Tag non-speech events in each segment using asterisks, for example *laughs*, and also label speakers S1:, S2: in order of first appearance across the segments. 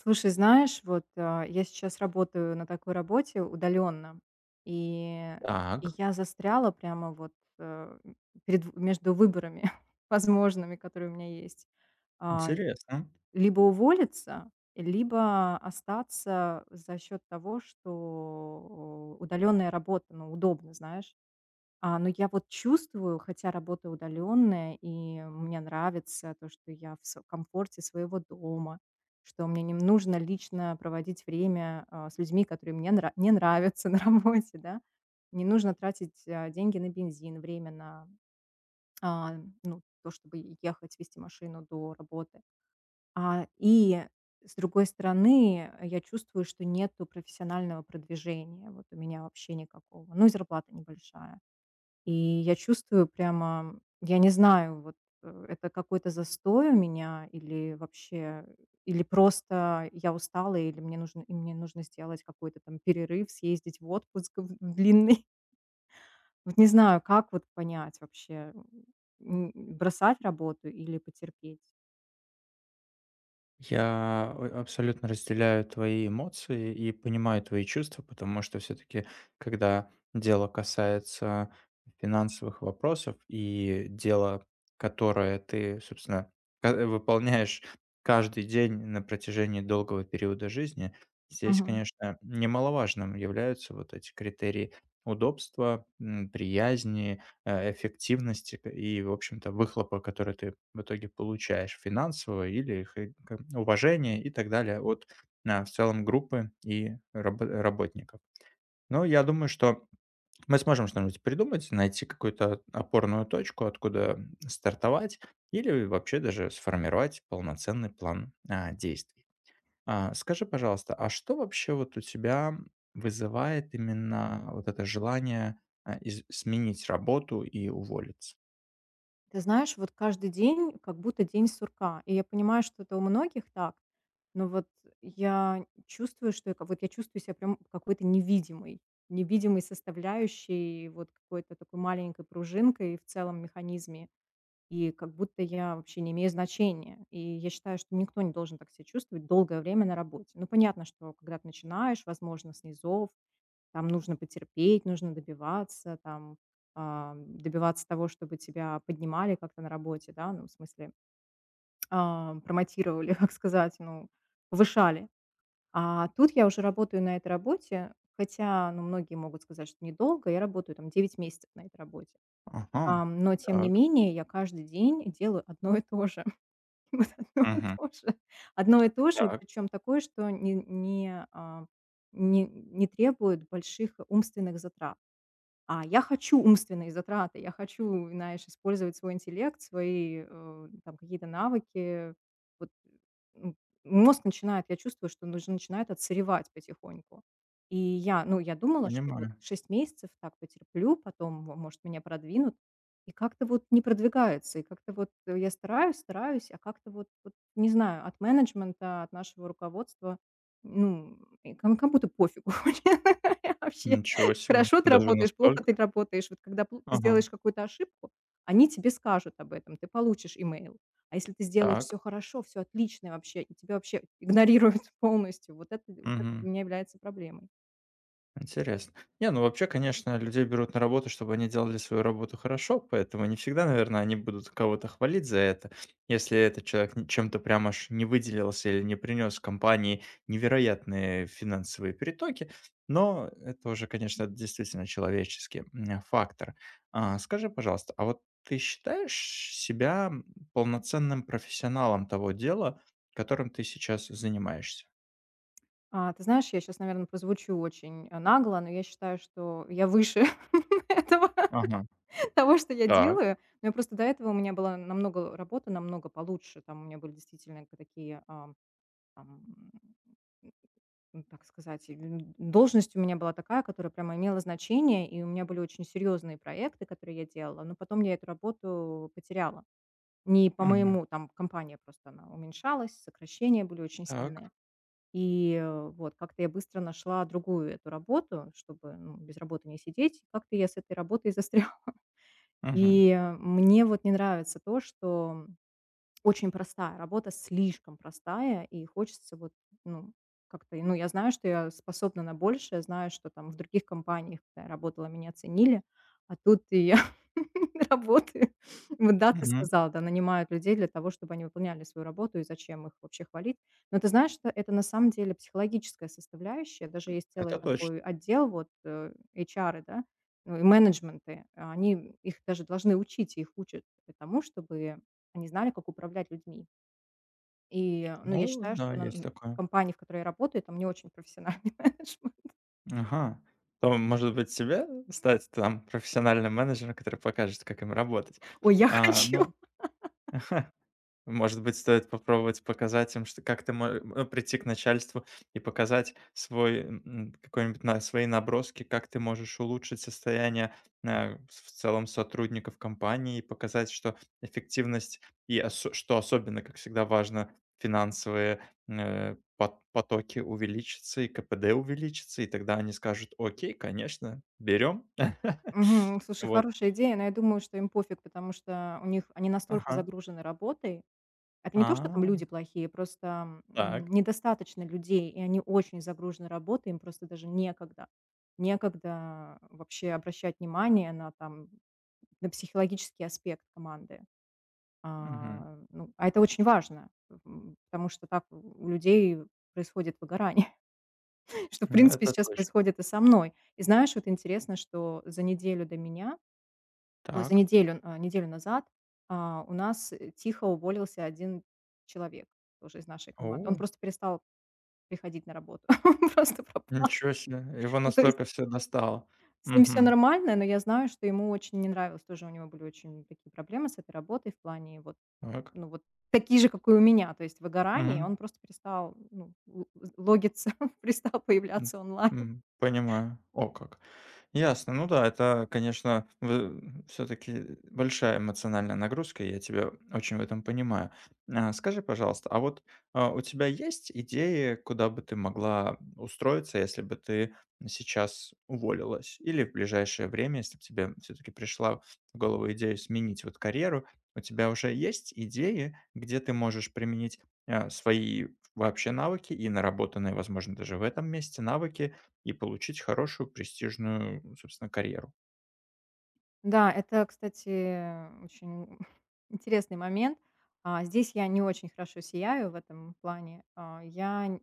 S1: Слушай, знаешь, вот, я сейчас работаю на такой работе удаленно, и и
S2: Так.
S1: я застряла прямо вот, э, перед в между выборами *laughs* возможными, которые у меня есть. И
S2: Интересно.
S1: либо уволиться, либо остаться за счет того, что удаленная работа, ну, удобно, знаешь. Но я вот чувствую, хотя работа удаленная, и мне нравится то, что я в с комфорте своего дома, что мне не нужно лично проводить время, с людьми, которые мне нра не нравятся *laughs* на работе, да. Не нужно тратить, деньги на бензин, время на, а, ну, то, чтобы ехать, вести машину до работы. И с другой стороны, я чувствую, что нету профессионального продвижения. Вот у меня вообще никакого. Ну и зарплата небольшая. И я чувствую прямо, я не знаю, вот, это какой-то застой у меня или вообще, или просто я устала, или мне нужно сделать какой-то там перерыв, съездить в отпуск в длинный. *laughs* Вот не знаю, как вот понять вообще, бросать работу или потерпеть?
S2: Я абсолютно разделяю твои эмоции и понимаю твои чувства, потому что все-таки, когда дело касается финансовых вопросов и дело, которое ты, собственно, выполняешь каждый день на протяжении долгого периода жизни, здесь, конечно, немаловажным являются вот эти критерии удобства, приязни, эффективности в общем-то, выхлопа, который ты в итоге получаешь финансового или хэ ка уважения и так далее от, в целом группы и работников. Но я думаю, что мы сможем что-нибудь придумать, найти какую-то опорную точку, откуда, стартовать или вообще даже сформировать полноценный план, действий. Скажи, пожалуйста, а что вообще вот у тебя вызывает именно вот это желание, а, из сменить работу и уволиться?
S1: Ты знаешь, вот каждый день как будто день сурка. И я понимаю, что это у многих так, но вот я чувствую, что вот я чувствую себя прям какой-то невидимой, невидимой составляющей, вот какой-то такой маленькой пружинкой в целом механизме. И как будто я вообще не имею значения. И я считаю, что никто не должен так себя чувствовать долгое время на работе. Ну, понятно, что когда ты начинаешь, возможно, с низов, там нужно потерпеть, нужно добиваться, там, добиваться того, чтобы тебя поднимали как-то на работе, да, ну, в смысле, *tsk* промотировали, *laughs* как сказать, ну, повышали. А тут я уже работаю на этой работе, хотя, ну, многие могут сказать, что недолго, я работаю там 9 месяцев на этой работе.
S2: Ага.
S1: Но, тем не
S2: Так.
S1: менее, я каждый день делаю одно и то же. *laughs* Вот одно и
S2: Мгм.
S1: то же. Одно и то же,
S2: Так.
S1: причем такое, что не, не, а, не, не требует больших умственных затрат. А я хочу умственные затраты, я хочу, знаешь, использовать свой интеллект, свои, там какие-то навыки. Вот, м, мозг начинает, я чувствую, что он уже начинает отсыревать потихоньку. И я, ну, я думала, что вот
S2: Понимаю.
S1: 6 месяцев так потерплю, потом, в может, меня продвинут. И как-то вот не продвигается, и как-то вот, я стараюсь, стараюсь, а как-то вот не знаю, от менеджмента, от нашего руководства, ну, и кому как будто пофигу *laughs* вообще.
S2: Ничего себе.
S1: Хорошо ты
S2: Даже
S1: работаешь, плохо ты
S2: настолько?
S1: работаешь. Вот когда пл ты
S2: Ага.
S1: сделаешь какую-то ошибку, они тебе скажут об этом, ты получишь имейл. А если ты сделаешь
S2: Так.
S1: все хорошо, все отлично вообще, и тебя вообще игнорируют *laughs* полностью, вот это
S2: Мгм.
S1: для меня является проблемой.
S2: Интересно. Не, ну вообще, конечно, людей берут на работу, чтобы они делали свою работу хорошо, поэтому не всегда, наверное, они будут кого-то хвалить за это. Если этот человек чем-то прям аж не выделился или не принес компании невероятные финансовые перетоки, но это уже, конечно, действительно человеческий фактор. Скажи, пожалуйста, а вот ты считаешь себя полноценным профессионалом того дела, которым ты сейчас занимаешься?
S1: Ты знаешь, я сейчас, наверное, прозвучу очень, нагло, но я считаю, что я выше *laughs* этого,
S2: Ага. Т-
S1: того, что я
S2: Так.
S1: делаю. Но я просто до этого у меня была намного работа намного получше. Там у меня были действительно к такие, там так сказать, и, должность у меня была такая, которая прямо имела значение, и у меня были очень серьезные проекты, которые я делала, но потом я эту работу потеряла. Не по
S2: Мгм.
S1: моему, там компания просто она уменьшалась, сокращения были очень сильные.
S2: Так.
S1: И, вот как-то я быстро нашла другую эту работу, чтобы, ну, без работы не сидеть. Как-то я с этой работой застряла. *laughs*
S2: Мгм.
S1: И мне вот не нравится то, что очень простая работа, слишком простая, и хочется вот, ну, как-то, ну, я знаю, что я способна на большее, знаю, что там в других компаниях, когда я работала, меня ценили, а тут и я *laughs* работаю. Вот да, ты
S2: Мгм.
S1: сказал да, нанимают людей для того, чтобы они выполняли свою работу, и зачем их вообще хвалить. Но ты знаешь, что это на самом деле психологическая составляющая, даже есть целый
S2: Это точно.
S1: такой отдел, вот HR, да, ну, и менеджменты, а они их даже должны учить, и их учат тому, чтобы они знали, как управлять людьми. И, ну, я
S2: Ну
S1: считаю,
S2: да,
S1: что на
S2: есть
S1: н
S2: такое.
S1: компании, в которой я работаю, там не очень профессиональный *laughs* менеджмент.
S2: Ага. То, может быть, тебе стать там профессиональным менеджером, который покажет, как им работать.
S1: Ой, я
S2: А, но
S1: хочу.
S2: *laughs* Может быть, стоит попробовать показать им, что как ты мо ну, прийти к начальству и показать свой, какой-нибудь на свои наброски, как ты можешь улучшить состояние, в целом сотрудников компании, и показать, что эффективность и особенно, как всегда, важно, финансовые, потоки увеличатся и КПД увеличится, и тогда они скажут: "Окей, конечно, берем". *laughs*
S1: Мгм. Слушай,
S2: Вот.
S1: хорошая идея, но я думаю, что им пофиг, потому что у них они настолько
S2: Ага.
S1: загружены работой. Это не то, что там
S2: А,
S1: люди плохие, просто,
S2: так.
S1: недостаточно людей, и они очень загружены работой, им просто даже некогда. Некогда вообще обращать внимание там, на психологический аспект команды.
S2: Мгм.
S1: Ну, а это очень важно, потому что так у людей происходит выгорание, *laughs* что, в
S2: Ну,
S1: принципе,
S2: это
S1: сейчас
S2: точно.
S1: происходит и со мной. И знаешь, вот интересно, что за неделю до меня, ой, за
S2: Так.
S1: неделю, а, неделю назад, у нас, тихо уволился один человек тоже из нашей команды. Он
S2: О,
S1: просто перестал приходить на работу, *laughs* он просто пропал.
S2: ничего себе, его
S1: Ну, то есть
S2: настолько все достало.
S1: с ним все
S2: Угу,
S1: нормально, но я знаю, что ему очень не нравилось. Тоже у него были очень такие проблемы с этой работой в плане вот.
S2: так.
S1: Ну вот такие же, как и у меня, то есть выгорание, и
S2: Мгм.
S1: он просто перестал, ну, л логиться, *laughs* перестал
S2: М,
S1: появляться онлайн.
S2: понимаю. О как. Ясно. Ну да, это, конечно, все-таки большая эмоциональная нагрузка, и я тебя очень в этом понимаю. Скажи, пожалуйста, у тебя есть идеи, куда бы ты могла устроиться, если бы ты сейчас уволилась? Или в ближайшее время, если бы тебе все-таки пришла в голову идея сменить вот карьеру, у тебя уже есть идеи, где ты можешь применить свои вообще навыки и наработанные, возможно, даже в этом месте навыки, и получить хорошую престижную, собственно, карьеру.
S1: Да, это, кстати, очень *laughs* интересный момент. Здесь я не очень хорошо сияю в этом плане. А, я н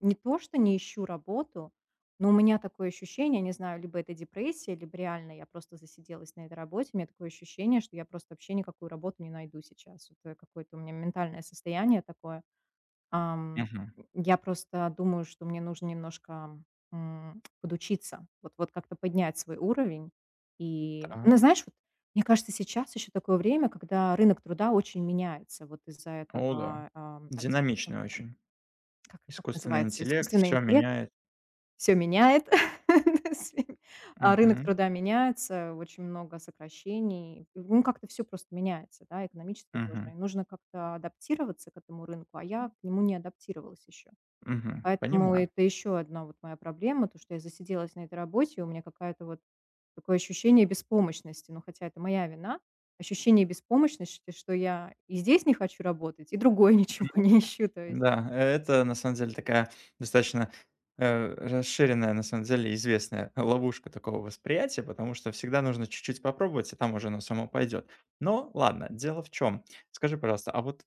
S1: не то что не ищу работу, но у меня такое ощущение, не знаю, либо это депрессия, либо реально я просто засиделась на этой работе. У меня такое ощущение, что я просто вообще никакую работу не найду сейчас. Это какое-то у меня ментальное состояние такое. Ам,
S2: Мгм.
S1: я просто думаю, что мне нужно немножко, подучиться, вот как-то поднять свой уровень. И, ну,
S2: Так,
S1: знаешь, вот мне кажется, сейчас еще такое время, когда рынок труда очень меняется вот из-за
S2: о да.
S1: этого, арти как
S2: Динамичный
S1: там,
S2: очень.
S1: как
S2: Искусственный
S1: называется,
S2: интеллект
S1: искусственный
S2: все
S1: интеллект
S2: меняет.
S1: все меняет. *laughs* То есть, рынок
S2: Мгм,
S1: труда меняется, очень много сокращений. Ну, как-то все просто меняется, да, экономически тоже.
S2: мгм,
S1: И нужно как-то адаптироваться к этому рынку, а я к нему не адаптировалась еще.
S2: мгм.
S1: Поэтому
S2: Понимаю.
S1: это еще одна вот моя проблема, то, что я засиделась на этой работе, и у меня какая-то вот такое ощущение беспомощности. Ну, хотя это моя вина. Ощущение беспомощности, что я и здесь не хочу работать, и другой *laughs* ничего не ищу. То есть.
S2: Да, это на самом деле такая достаточно, расширенная, на самом деле, известная *laughs* ловушка такого восприятия, потому что всегда нужно чуть-чуть попробовать, и там уже оно само пойдет. Но ладно, дело в чем. Скажи, пожалуйста, а вот,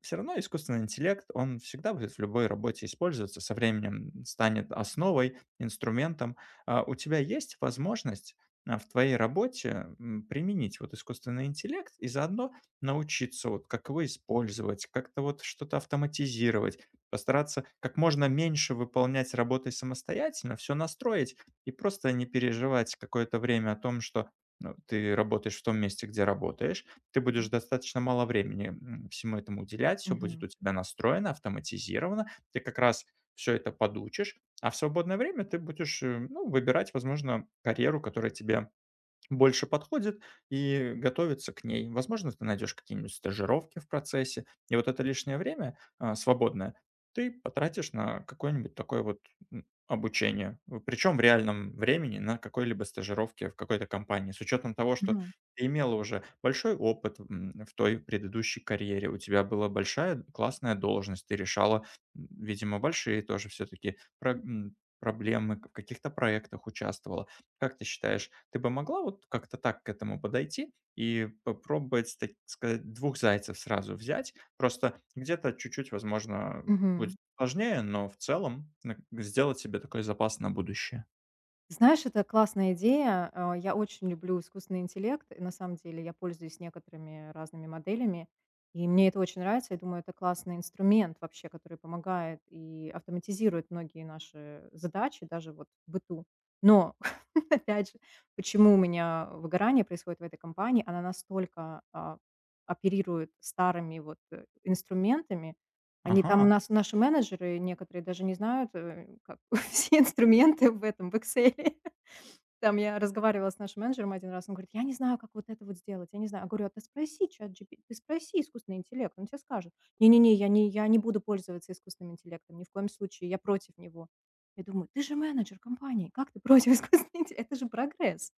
S2: все равно искусственный интеллект, он всегда будет в любой работе использоваться, со временем станет основой, инструментом. У тебя есть возможность, в твоей работе, применить вот искусственный интеллект и заодно научиться вот как его использовать, как-то вот что-то автоматизировать, постараться как можно меньше выполнять работы самостоятельно, все настроить и просто не переживать какое-то время о том, что, ну, ты работаешь в том месте, где работаешь. Ты будешь
S1: Мгм.
S2: достаточно мало времени, всему этому уделять, все будет
S1: Мгм.
S2: у тебя настроено, автоматизировано. Ты как раз все это подучишь, а в свободное время ты будешь, ну, выбирать, возможно, карьеру, которая тебе больше подходит, и готовиться к ней. Возможно, ты найдешь какие-нибудь стажировки в процессе, и вот это лишнее время, свободное ты потратишь на какое-нибудь такое вот, обучение. Причем в реальном времени на какой-либо стажировке в какой-то компании. С учетом того, что
S1: Мгм.
S2: ты имела уже большой опыт, в той предыдущей карьере, у тебя была большая классная должность, ты решала, видимо, большие тоже все-таки проблемы, в каких-то проектах участвовала. Как ты считаешь, ты бы могла вот как-то так к этому подойти и попробовать, так сказать, двух зайцев сразу взять? Просто где-то чуть-чуть, возможно, будет
S1: Мгм.
S2: сложнее, но в целом сделать себе такой запас на будущее.
S1: Знаешь, это классная идея. Я очень люблю искусственный интеллект. И на самом деле я пользуюсь некоторыми разными моделями. И мне это очень нравится. Я думаю, это классный инструмент вообще, который помогает и автоматизирует многие наши задачи, даже вот в быту. Но, *laughs* опять же, почему у меня выгорание происходит в этой компании? Она настолько оперирует старыми вот инструментами. Они там у
S2: Ага,
S1: нас, наши менеджеры некоторые даже не знают как, *laughs* все инструменты в Excel. Там я разговаривала с нашим менеджером один раз, он говорит: "Я не знаю, как вот это вот сделать, я не знаю". Я говорю: "А ты спроси ChatGPT, ты спроси искусственный интеллект, он тебе скажет". "Не-не-не, я не буду пользоваться искусственным интеллектом, ни в коем случае, я против него". Я думаю: "Ты же менеджер компании, как ты против *laughs* искусственного интеллекта? Это же прогресс".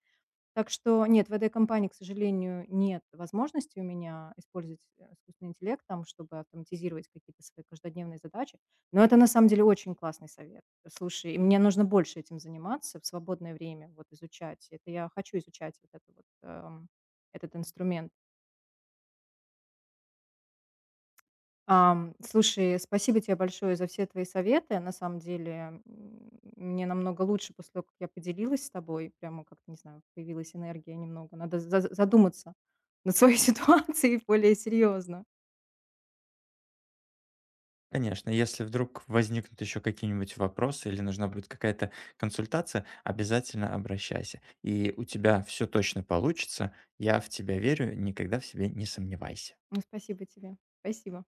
S1: Так что нет, в этой компании, к сожалению, нет возможности у меня использовать искусственный интеллект там, чтобы автоматизировать какие-то свои каждодневные задачи. Но это на самом деле очень классный совет. Слушай, и мне нужно больше этим заниматься в свободное время, вот изучать. Это я хочу изучать вот это вот, этот инструмент. Слушай, спасибо тебе большое за все твои советы. На самом деле, мне намного лучше после того, как я поделилась с тобой. Прямо как-то, не знаю, появилась энергия немного. Надо задуматься над своей *laughs* ситуацией более серьезно.
S2: конечно, если вдруг возникнут еще какие-нибудь вопросы или нужна будет какая-то консультация, обязательно обращайся. И у тебя все точно получится. Я в тебя верю, никогда в себе не сомневайся.
S1: Ну, спасибо тебе. Спасибо.